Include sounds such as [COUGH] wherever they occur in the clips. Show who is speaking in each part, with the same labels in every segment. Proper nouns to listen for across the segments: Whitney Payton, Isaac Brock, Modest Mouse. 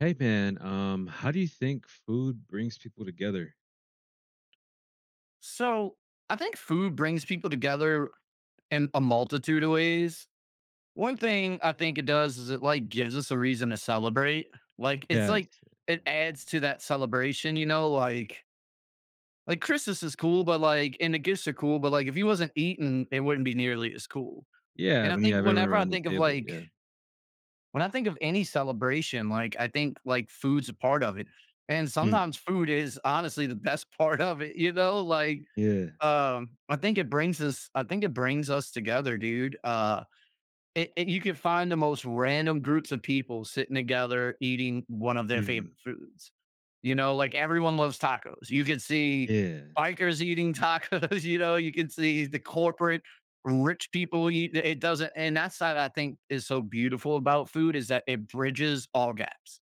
Speaker 1: Hey man, how do you think food brings people together?
Speaker 2: So I think food brings people together in a multitude of ways. One thing I think it does is it gives us a reason to celebrate. Like it's like
Speaker 1: Yes,
Speaker 2: it adds to that celebration, like Christmas is cool, but like and the gifts are cool, but like if you wasn't eating, it wouldn't be nearly as cool.
Speaker 1: yeah,
Speaker 2: And I
Speaker 1: when you
Speaker 2: think
Speaker 1: have everyone
Speaker 2: whenever I
Speaker 1: around the
Speaker 2: think of
Speaker 1: table,
Speaker 2: like
Speaker 1: yeah,
Speaker 2: when I think of any celebration, like I think like food's a part of it. And
Speaker 1: mhm,
Speaker 2: sometimes food is honestly the best [LAUGHS] part of it,
Speaker 1: yeah,
Speaker 2: I think it brings us together, dude. You can find the most random groups of people sitting together eating one of their
Speaker 1: mhm,
Speaker 2: favorite foods. You know, like everyone loves tacos. You can see
Speaker 1: yeah,
Speaker 2: bikers eating tacos, [LAUGHS] you know, you can see the corporate rich people eat it doesn't and that's what I think is so beautiful about food is that it bridges all gaps.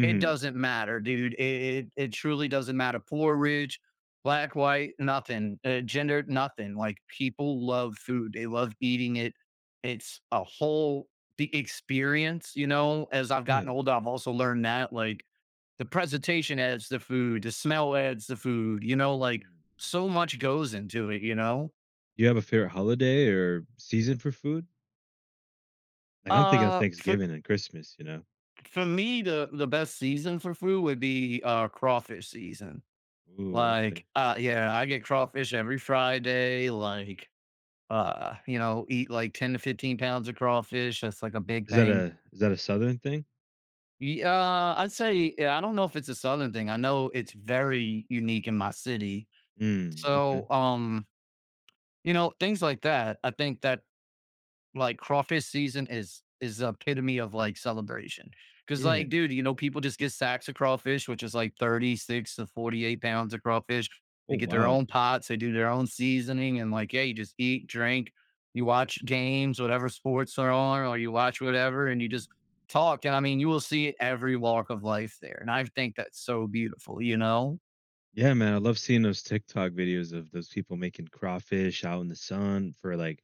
Speaker 2: It doesn't matter, dude. It truly doesn't matter. Poor, rich, black, white, nothing. Gender, nothing. Like people love food. They love eating it. It's a whole the experience, you know. As I've
Speaker 1: yeah,
Speaker 2: gotten older, I've also learned that like the presentation adds the food, the smell adds the food,
Speaker 1: mm.
Speaker 2: so much goes into it, you know.
Speaker 1: Do you have a favorite holiday or season for food? Like I'm thinking of
Speaker 2: Uh for
Speaker 1: Thanksgiving and Christmas, you know.
Speaker 2: for me the best season for food would be crawfish season.
Speaker 1: Ooh, okay.
Speaker 2: Like, yeah, I get crawfish every Friday, like, you know, eat like 10 to 15 pounds of crawfish. That's like a big
Speaker 1: Is that
Speaker 2: thing.
Speaker 1: a is that a Southern thing?
Speaker 2: Yeah, I'd say, yeah, I don't know if it's a Southern thing. I know it's very unique in my city.
Speaker 1: Mm, okay.
Speaker 2: So, you know, things like that. I think that like crawfish season is the epitome of like celebration. Cause like,
Speaker 1: Yeah.
Speaker 2: dude, you know, people just get sacks of crawfish, which is like 36 to 48 pounds of crawfish.
Speaker 1: Oh
Speaker 2: They get their
Speaker 1: wow.
Speaker 2: own pots, they do their own seasoning, and like, yeah, you just eat, drink, you watch games, whatever sports are on, or you watch whatever, and you
Speaker 1: Mm.
Speaker 2: just talk. And I mean, you will see every walk of life there. And I think that's so beautiful, you know?
Speaker 1: Yeah, man, I love seeing those TikTok videos of those people making crawfish out in the sun for like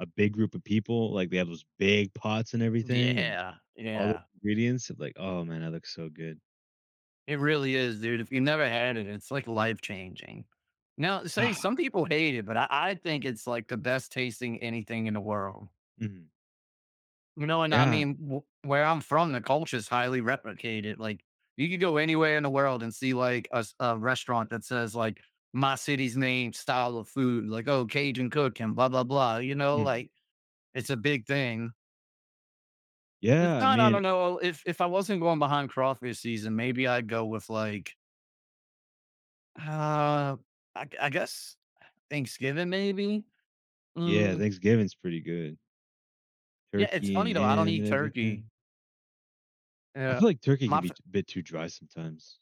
Speaker 1: a big group of people. Like they have those big pots and everything, and
Speaker 2: Yeah,
Speaker 1: all the
Speaker 2: yeah,
Speaker 1: ingredients. Of like, oh man, that looks so good.
Speaker 2: it really is, dude. If you never had it, it's like life changing. Now, say some
Speaker 1: [SIGHS]
Speaker 2: people hate it, but I think it's like the best tasting anything in the world.
Speaker 1: Mhm.
Speaker 2: You know, and I
Speaker 1: Yeah,
Speaker 2: mean, where I'm from, the culture is highly replicated. Like, you could go anywhere in the world and see like a restaurant that says like my city's name, style of food, like oh Cajun cooking, blah blah blah. You know,
Speaker 1: mhm,
Speaker 2: like it's a big thing. It's
Speaker 1: yeah. I
Speaker 2: not. I
Speaker 1: mean,
Speaker 2: don't know if I wasn't going behind crawfish season, maybe I'd go with like uh I guess Thanksgiving maybe?
Speaker 1: yeah,
Speaker 2: Mm,
Speaker 1: Thanksgiving's pretty good.
Speaker 2: yeah, it's
Speaker 1: Turkey and
Speaker 2: funny though, I don't
Speaker 1: ham
Speaker 2: eat
Speaker 1: and
Speaker 2: turkey.
Speaker 1: everything. I
Speaker 2: Yeah.
Speaker 1: feel like turkey can
Speaker 2: My
Speaker 1: be
Speaker 2: fa
Speaker 1: a bit too dry sometimes.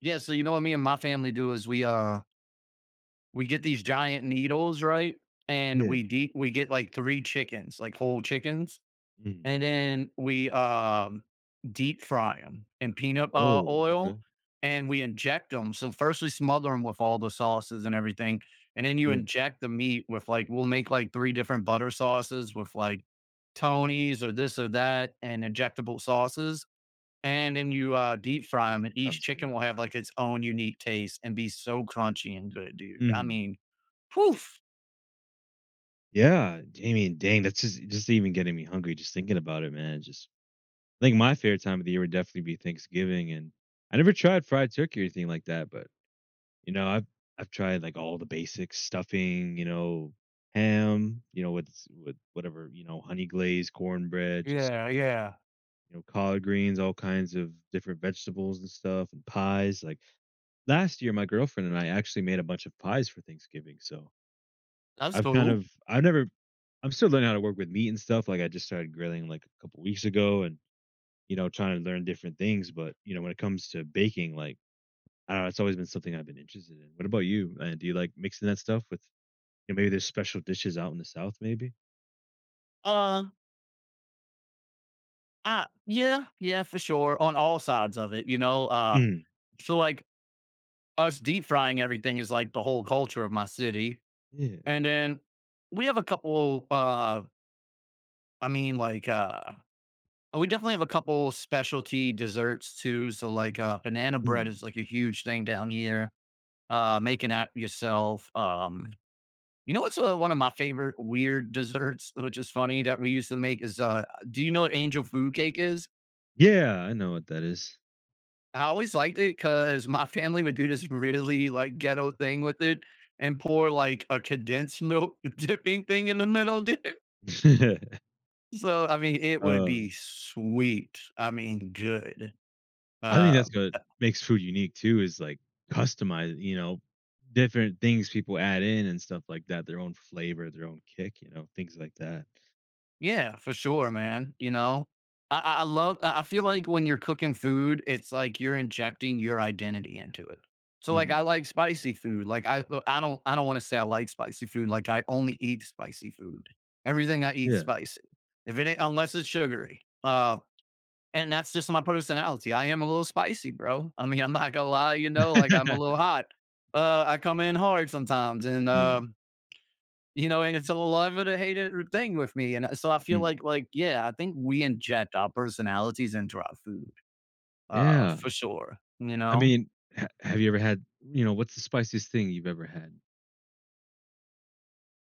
Speaker 2: Yeah, so you know what me and my family do is we get these giant needles, right? And
Speaker 1: Yeah.
Speaker 2: we get like 3 chickens, like whole chickens.
Speaker 1: Mhm.
Speaker 2: And then we, deep fry them in peanut,
Speaker 1: Oh,
Speaker 2: oil,
Speaker 1: okay.
Speaker 2: and we inject them. So first we smother them with all the sauces and everything, and then you
Speaker 1: Yeah,
Speaker 2: inject the meat with, like we'll make, like, 3 different butter sauces with, like, Tony's or this or that and injectable sauces, and then you, deep fry 'em, and each
Speaker 1: sounds good.
Speaker 2: chicken will have, like, its own unique taste and be so crunchy and good, dude. I
Speaker 1: Mhm.
Speaker 2: mean, poof.
Speaker 1: Yeah, I mean, dang, that's just even getting me hungry just thinking about it, man. Just I think my favorite time of the year would definitely be Thanksgiving, and I never tried fried turkey or anything like that, but you know, I've tried like all the basics, stuffing, you know, ham, you know, with whatever, you know, honey glaze, cornbread, just
Speaker 2: Yeah, yeah.
Speaker 1: you know, collard greens, all kinds of different vegetables and stuff, and pies. Like last year, my girlfriend and I actually made a bunch of pies for Thanksgiving, so
Speaker 2: That's
Speaker 1: I've kind
Speaker 2: cool.
Speaker 1: of I've never I'm still learning how to work with meat and stuff, like, I just started grilling, like, a couple weeks ago and, you know, trying to learn different things, but, you know, when it comes to baking, like, I don't know, it's always been something I've been interested in. What about you? Do you like mixing that stuff with you know, maybe there's special dishes out in the South maybe?
Speaker 2: Uh yeah, yeah, for sure. On all sides of it, you know,
Speaker 1: Mm,
Speaker 2: so like us deep frying everything is like the whole culture of my city.
Speaker 1: yeah,
Speaker 2: And then we have a couple, I mean, like, uh, we definitely have a couple specialty desserts too. So like, banana bread
Speaker 1: Mm.
Speaker 2: is like a huge thing down here. Making that yourself. You know what's one of my favorite weird desserts, which is funny that we used to make is, do you know what angel food cake is?
Speaker 1: Yeah, I know what that is.
Speaker 2: I always liked it because my family would do this really like ghetto thing with it and pour like a condensed milk [LAUGHS] dipping thing in the middle, dude.
Speaker 1: [LAUGHS]
Speaker 2: So I mean, it would
Speaker 1: Uh,
Speaker 2: be sweet. I mean, good.
Speaker 1: I think
Speaker 2: Uh,
Speaker 1: that's what makes food unique too is, like, customized, you know, different things people add in and stuff like that, their own flavor, their own kick, you know, things like that.
Speaker 2: Yeah, for sure, man. You know, I love, I feel like when you're cooking food, it's like you're injecting your identity into it. So like, I
Speaker 1: Mhm.
Speaker 2: like spicy food. Like I don't want to say I like spicy food. Like I only eat spicy food. Everything I eat
Speaker 1: Yeah.
Speaker 2: spicy. If it ain't, unless it's sugary. And that's just my personality. I am a little spicy, bro. I mean, I'm not gonna lie, you know, like I'm a
Speaker 1: [LAUGHS]
Speaker 2: little hot. I come in hard sometimes and,
Speaker 1: Mm,
Speaker 2: you know, and it's a love it or hate it thing with me. And so I feel
Speaker 1: mm.
Speaker 2: yeah, I think we inject our personalities into our food,
Speaker 1: Yeah.
Speaker 2: for sure.
Speaker 1: I mean, ha have you ever had, what's the spiciest thing you've ever had?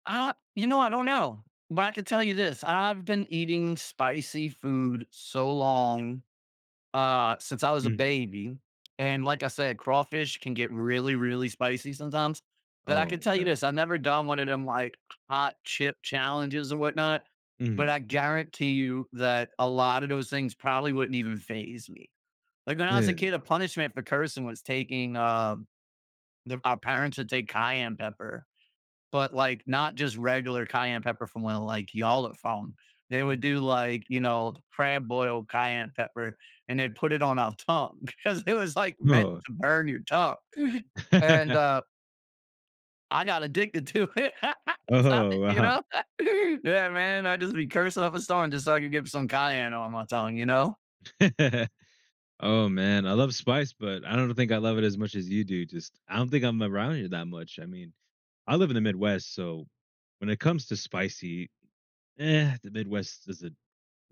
Speaker 2: You know, I don't know, but I can tell you this: I've been eating spicy food so long, since I was a
Speaker 1: Mhm.
Speaker 2: baby. And like I said, crawfish can get really, really spicy sometimes. But I can
Speaker 1: Oh,
Speaker 2: tell
Speaker 1: I
Speaker 2: you
Speaker 1: bet.
Speaker 2: this, I've never done one of them like hot chip challenges or whatnot. But
Speaker 1: Mhm.
Speaker 2: I guarantee you that a lot of those things probably wouldn't even phase me. Like when I was a
Speaker 1: Yeah.
Speaker 2: kid, a punishment for cursing was taking our parents would take cayenne pepper, but, like, not just regular cayenne pepper from, when like, y'all have found. They would
Speaker 1: Mhm.
Speaker 2: do, like, you know, crab boil cayenne pepper, and they'd put it on our tongue [LAUGHS] because it was, like, meant
Speaker 1: Oh.
Speaker 2: to burn your tongue, and,
Speaker 1: [LAUGHS]
Speaker 2: I got addicted to it. [LAUGHS] So,
Speaker 1: Oh,
Speaker 2: you
Speaker 1: wow.
Speaker 2: know? [LAUGHS] Yeah, man, I'd just be cursing up a storm just so I could get some cayenne on my tongue, you know?
Speaker 1: [LAUGHS] Oh, man. I love spice, but I don't think I love it as much as you do. Just I don't think I'm around it that much. I mean, I live in the Midwest, so when it comes to spicy, eh, the Midwest doesn't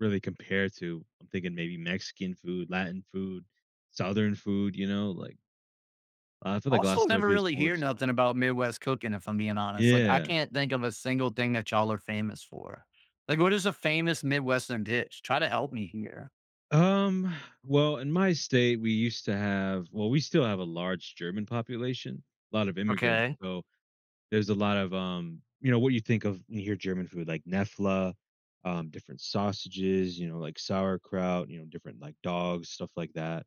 Speaker 1: really compare to I'm thinking maybe Mexican food, Latin food, Southern food, you know, like I feel like
Speaker 2: Also,
Speaker 1: last Glassdoor
Speaker 2: never
Speaker 1: feels
Speaker 2: really
Speaker 1: more
Speaker 2: hear
Speaker 1: just
Speaker 2: nothing about Midwest cooking, if I'm being honest. Like, I
Speaker 1: yeah.
Speaker 2: can't think of a single thing that y'all are famous for. Like, what is a famous Midwestern dish? Try to help me here.
Speaker 1: Um, well, in my state, we used to have well, we still have a large German population, a lot of immigrants,
Speaker 2: Okay,
Speaker 1: so there's a lot of, you know, what you think of when you hear German food, like Nefla, different sausages, you know, like sauerkraut, you know, different, like, dogs, stuff like that.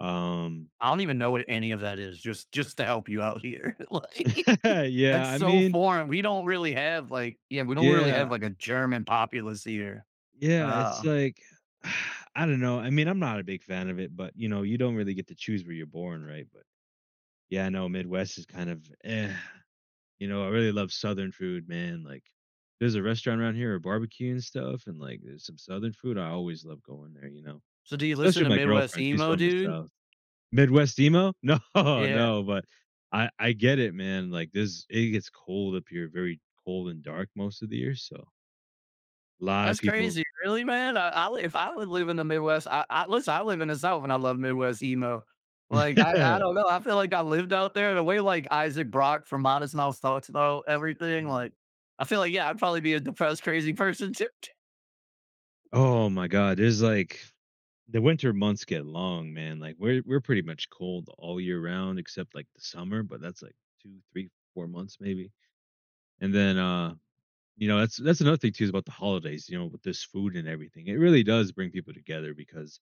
Speaker 1: Um
Speaker 2: I don't even know what any of that is, just to help you out here. [LAUGHS] Like,
Speaker 1: [LAUGHS] Yeah,
Speaker 2: that's
Speaker 1: I
Speaker 2: so
Speaker 1: mean
Speaker 2: foreign. We don't really have like, yeah, we don't really have
Speaker 1: yeah,
Speaker 2: like a German populace here.
Speaker 1: yeah, it's
Speaker 2: Uh,
Speaker 1: like [SIGHS] I don't know, I mean, I'm not a big fan of it, but, you know, you don't really get to choose where you're born, right? But yeah, no, Midwest is kind of eh. You know, I really love Southern food, man. Like, there's a restaurant around here, a barbecue and stuff, and like, there's some Southern food. I always love going there, you know,
Speaker 2: so do you
Speaker 1: especially
Speaker 2: listen
Speaker 1: with
Speaker 2: to
Speaker 1: my
Speaker 2: Midwest
Speaker 1: girlfriend. She's
Speaker 2: emo,
Speaker 1: from the
Speaker 2: dude?
Speaker 1: South. Midwest emo? No, [LAUGHS]
Speaker 2: Yeah.
Speaker 1: no, but I get it, man. Like, this it gets cold up here, very cold and dark most of the year. So a lot of
Speaker 2: That's
Speaker 1: people.
Speaker 2: crazy. Really, man? If I would live in the Midwest, I listen, I live in the South and I love Midwest emo. Like I
Speaker 1: [LAUGHS]
Speaker 2: don't know. I feel like I lived out there the way like Isaac Brock from Modest Mouse talks about everything.
Speaker 1: Mm.
Speaker 2: Like I feel like yeah, I'd probably be a depressed, crazy person too. [LAUGHS]
Speaker 1: Oh my God, there's like the winter months get long, man. Like we're pretty much cold all year round except like the summer, but that's like two, three, 4 months maybe. And then you know, that's another thing too is about the holidays, you know, with this food and everything. It really does bring people together because,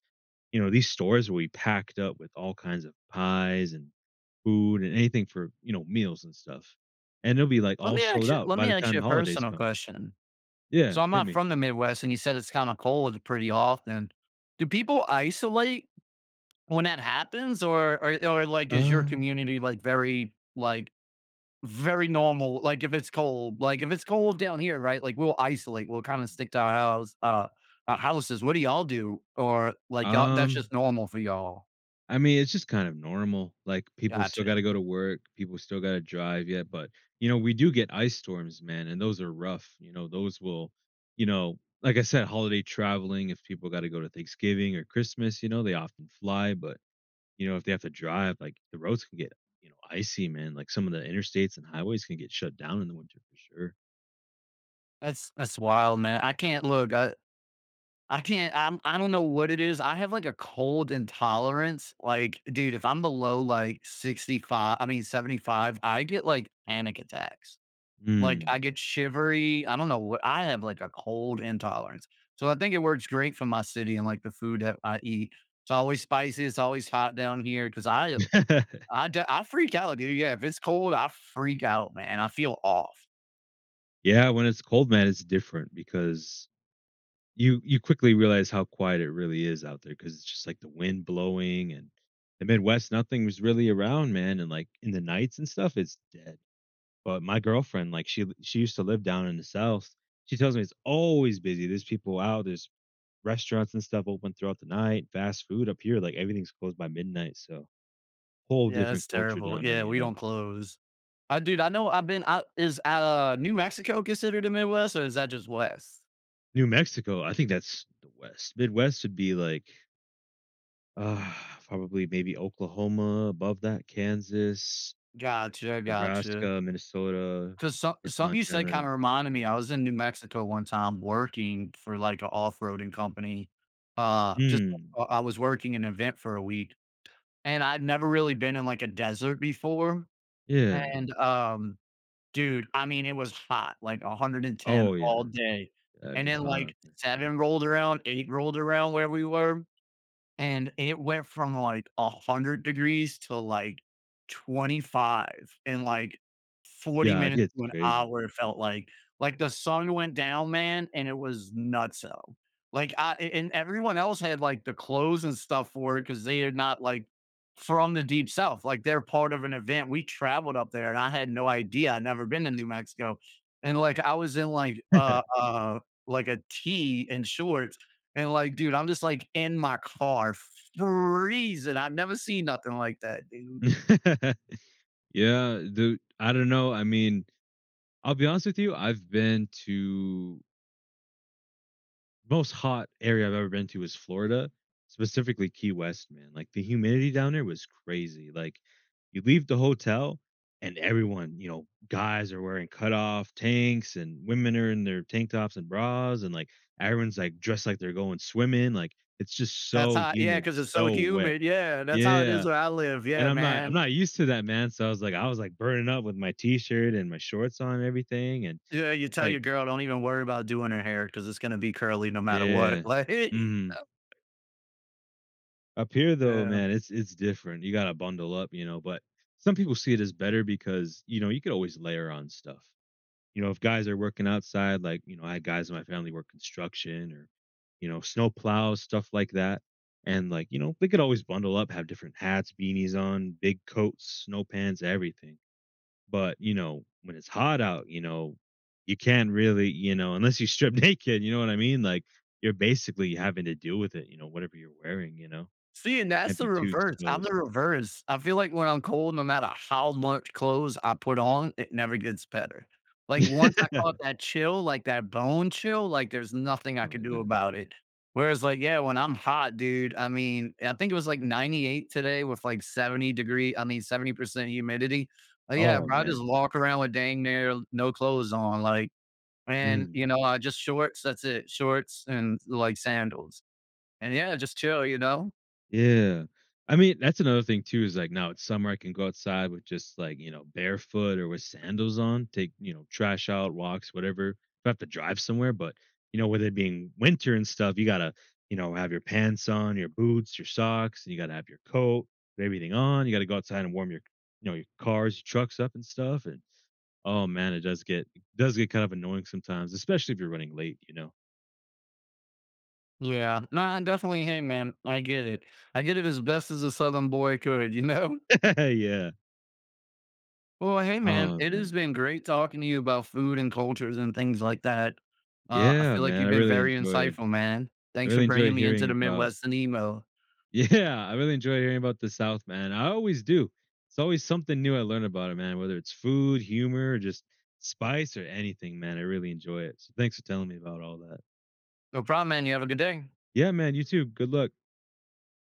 Speaker 1: you know, these stores will be packed up with all kinds of pies and food and anything for, you know, meals and stuff. And it'll be like
Speaker 2: Let
Speaker 1: all
Speaker 2: me
Speaker 1: sold
Speaker 2: ask you,
Speaker 1: out
Speaker 2: let
Speaker 1: by
Speaker 2: me
Speaker 1: the
Speaker 2: ask
Speaker 1: time
Speaker 2: you
Speaker 1: the
Speaker 2: a
Speaker 1: holidays
Speaker 2: personal
Speaker 1: come.
Speaker 2: question.
Speaker 1: Yeah,
Speaker 2: So I'm
Speaker 1: hit
Speaker 2: not
Speaker 1: me.
Speaker 2: from the Midwest, and you said it's kind of cold pretty often. Do people isolate when that happens, or like is your
Speaker 1: Uh,
Speaker 2: community like very normal? Like if it's cold, like if it's cold down here, right? Like we'll isolate, we'll kind of stick to our house, our houses. What do y'all do, or like y'all? That's
Speaker 1: um
Speaker 2: just normal for y'all.
Speaker 1: I mean, it's just kind of normal, like, people still
Speaker 2: Gotcha.
Speaker 1: gotta go to work, people still gotta drive, yet, but, you know, we do get ice storms, man, and those are rough, you know, those will you know, like I said, holiday traveling, if people gotta go to Thanksgiving or Christmas, you know, they often fly, but, you know, if they have to drive, like, the roads can get, you know, icy, man, like, some of the interstates and highways can get shut down in the winter for sure.
Speaker 2: That's wild, man. I can't look. I can't. I'm. I don't know what it is. I have like a cold intolerance. Like, dude, if I'm below like 65, I mean 75, I get like panic attacks. Like,
Speaker 1: Mm.
Speaker 2: I get shivery. I don't know what. I have like a cold intolerance. So I think it works great for my city and like the food that I eat. It's always spicy. It's always hot down here because
Speaker 1: [LAUGHS]
Speaker 2: I freak out, dude. Yeah, if it's cold, I freak out, man. I feel off.
Speaker 1: Yeah, when it's cold, man, it's different because you quickly realize how quiet it really is out there because it's just, like, the wind blowing and the Midwest, nothing was really around, man, and, like, in the nights and stuff, it's dead. But my girlfriend, like, she used to live down in the South. She tells me it's always busy. There's people out, there's restaurants and stuff open throughout the night, fast food up here, like, everything's closed by midnight, so whole
Speaker 2: Yeah,
Speaker 1: different
Speaker 2: that's
Speaker 1: culture
Speaker 2: terrible.
Speaker 1: down there,
Speaker 2: Yeah,
Speaker 1: you
Speaker 2: we don't
Speaker 1: know?
Speaker 2: close. I dude, I know I've been out is, New Mexico, considered the Midwest, or is that just West?
Speaker 1: New Mexico, I think that's the West. Midwest would be, like, [SIGHS] uh, probably maybe Oklahoma, above that, Kansas,
Speaker 2: Gotcha, gotcha.
Speaker 1: Nebraska, Minnesota,
Speaker 2: 'Cause
Speaker 1: M
Speaker 2: something you said
Speaker 1: Montana.
Speaker 2: kinda reminded me, I
Speaker 1: Mhm.
Speaker 2: was in New Mexico one time working for, like, an off-roading company. Just
Speaker 1: Mm,
Speaker 2: like, I was working an event for a week, and I'd never really been in, like, a desert before,
Speaker 1: yeah.
Speaker 2: and, dude, I mean, it was hot, like 110
Speaker 1: Oh, yeah.
Speaker 2: all day,
Speaker 1: Yeah, it
Speaker 2: and
Speaker 1: gets
Speaker 2: then,
Speaker 1: hot
Speaker 2: like,
Speaker 1: out there.
Speaker 2: 7 rolled around, 8 rolled around where we were, and it went from, like, 100 degrees to, like, 25 in, like, 40
Speaker 1: Yeah, it
Speaker 2: minutes
Speaker 1: gets
Speaker 2: to an
Speaker 1: crazy.
Speaker 2: hour, it felt like. Like, the sun went down, man, and it was nutso. Like, I a and everyone else had, like, the clothes and stuff for it because they are not, like, from the Deep South, like, they're part of an event. We traveled up there, and I had no idea. I'd never been to New Mexico. And, like, I was in, like, a tee and shorts and like, dude, I'm just like in my car freezing. I've never seen nothing like that, dude.
Speaker 1: [LAUGHS] Yeah, dude, I don't know, I mean, I'll be honest with you, I've been to most hot area I've ever been to is Florida, specifically Key West, man. Like the humidity down there was crazy. Like you leave the hotel and everyone, you know, guys are wearing cutoff tanks and women are in their tank tops and bras and like everyone's like dressed like they're going swimming. Like it's just
Speaker 2: That's
Speaker 1: so
Speaker 2: how, yeah,
Speaker 1: humid,
Speaker 2: because it's so
Speaker 1: so wet.
Speaker 2: humid. Yeah, that's how it is
Speaker 1: Yeah.
Speaker 2: where I live.
Speaker 1: And
Speaker 2: Yeah,
Speaker 1: I'm not I'm
Speaker 2: man.
Speaker 1: not used to that, man. So I was like burning up with my t-shirt and my shorts on and everything and
Speaker 2: Yeah, you tell your
Speaker 1: like
Speaker 2: girl, don't even worry about doing her hair because it's gonna be curly no matter what.
Speaker 1: yeah.
Speaker 2: [LAUGHS] Like,
Speaker 1: Mhm. Up here though,
Speaker 2: yeah.
Speaker 1: man, it's different. You gotta bundle up, you know, but some people see it as better because, you know, you could always layer on stuff. You know, if guys are working outside, like, you know, I had guys in my family work construction or, you know, snow plows, stuff like that. And like, you know, they could always bundle up, have different hats, beanies on, big coats, snow pants, everything. But, you know, when it's hot out, you know, you can't really, you know, unless you strip [LAUGHS] naked, you know what I mean? Like you're basically having to deal with it, you know, whatever you're wearing, you know.
Speaker 2: See, and that's
Speaker 1: Can't be
Speaker 2: the
Speaker 1: too
Speaker 2: reverse. I'm
Speaker 1: exposed.
Speaker 2: the reverse. I feel like when I'm cold, no matter how much clothes I put on, it never gets better. Like once I caught
Speaker 1: [LAUGHS]
Speaker 2: that chill, like that bone chill, like there's nothing I
Speaker 1: Oh,
Speaker 2: could do
Speaker 1: yeah.
Speaker 2: about it. Whereas, like, yeah, when I'm hot, dude, I mean, I think it was like 98 today with like 70% humidity. Yeah,
Speaker 1: Oh,
Speaker 2: bro, I
Speaker 1: man.
Speaker 2: just walk around with dang near no clothes on. Like, and,
Speaker 1: Mm,
Speaker 2: you know, I just shorts, that's it, shorts and like sandals. And yeah, just chill, you know?
Speaker 1: yeah. I mean, that's another thing too is, like, now it's summer, I can go outside with just, like, you know, barefoot or with sandals on, take, you know, trash out, walks, whatever. If I have to drive somewhere, but, you know, with it being winter and stuff, you gotta, you know, have your pants on, your boots, your socks, and you gotta have your coat, everything on. You gotta go outside and warm your your cars, your trucks up and stuff, and, oh, man, it does get kind of annoying sometimes, especially if you're running late, you know?
Speaker 2: Yeah, no, I definitely, hey man, I get it. I get it as best as a Southern boy could, you know? [LAUGHS]
Speaker 1: [LAUGHS] Yeah.
Speaker 2: Well, hey man,
Speaker 1: Oh,
Speaker 2: it has
Speaker 1: man.
Speaker 2: been great talking to you about food and cultures and things like that. I
Speaker 1: Yeah,
Speaker 2: feel like
Speaker 1: man,
Speaker 2: you've
Speaker 1: I
Speaker 2: been
Speaker 1: really
Speaker 2: very
Speaker 1: enjoyed
Speaker 2: insightful, man.
Speaker 1: I
Speaker 2: Thanks for
Speaker 1: really enjoyed
Speaker 2: bringing me into
Speaker 1: hearing
Speaker 2: the
Speaker 1: about
Speaker 2: Midwest and emo.
Speaker 1: [LAUGHS] yeah, I really enjoy hearing about the South, man. I always do. It's always something new I learn about it, man, whether it's food, humor, or just spice or anything, man. I really enjoy it. So thanks for telling me about all that.
Speaker 2: No problem, man. You have a good day.
Speaker 1: Yeah, man, you too. Good luck.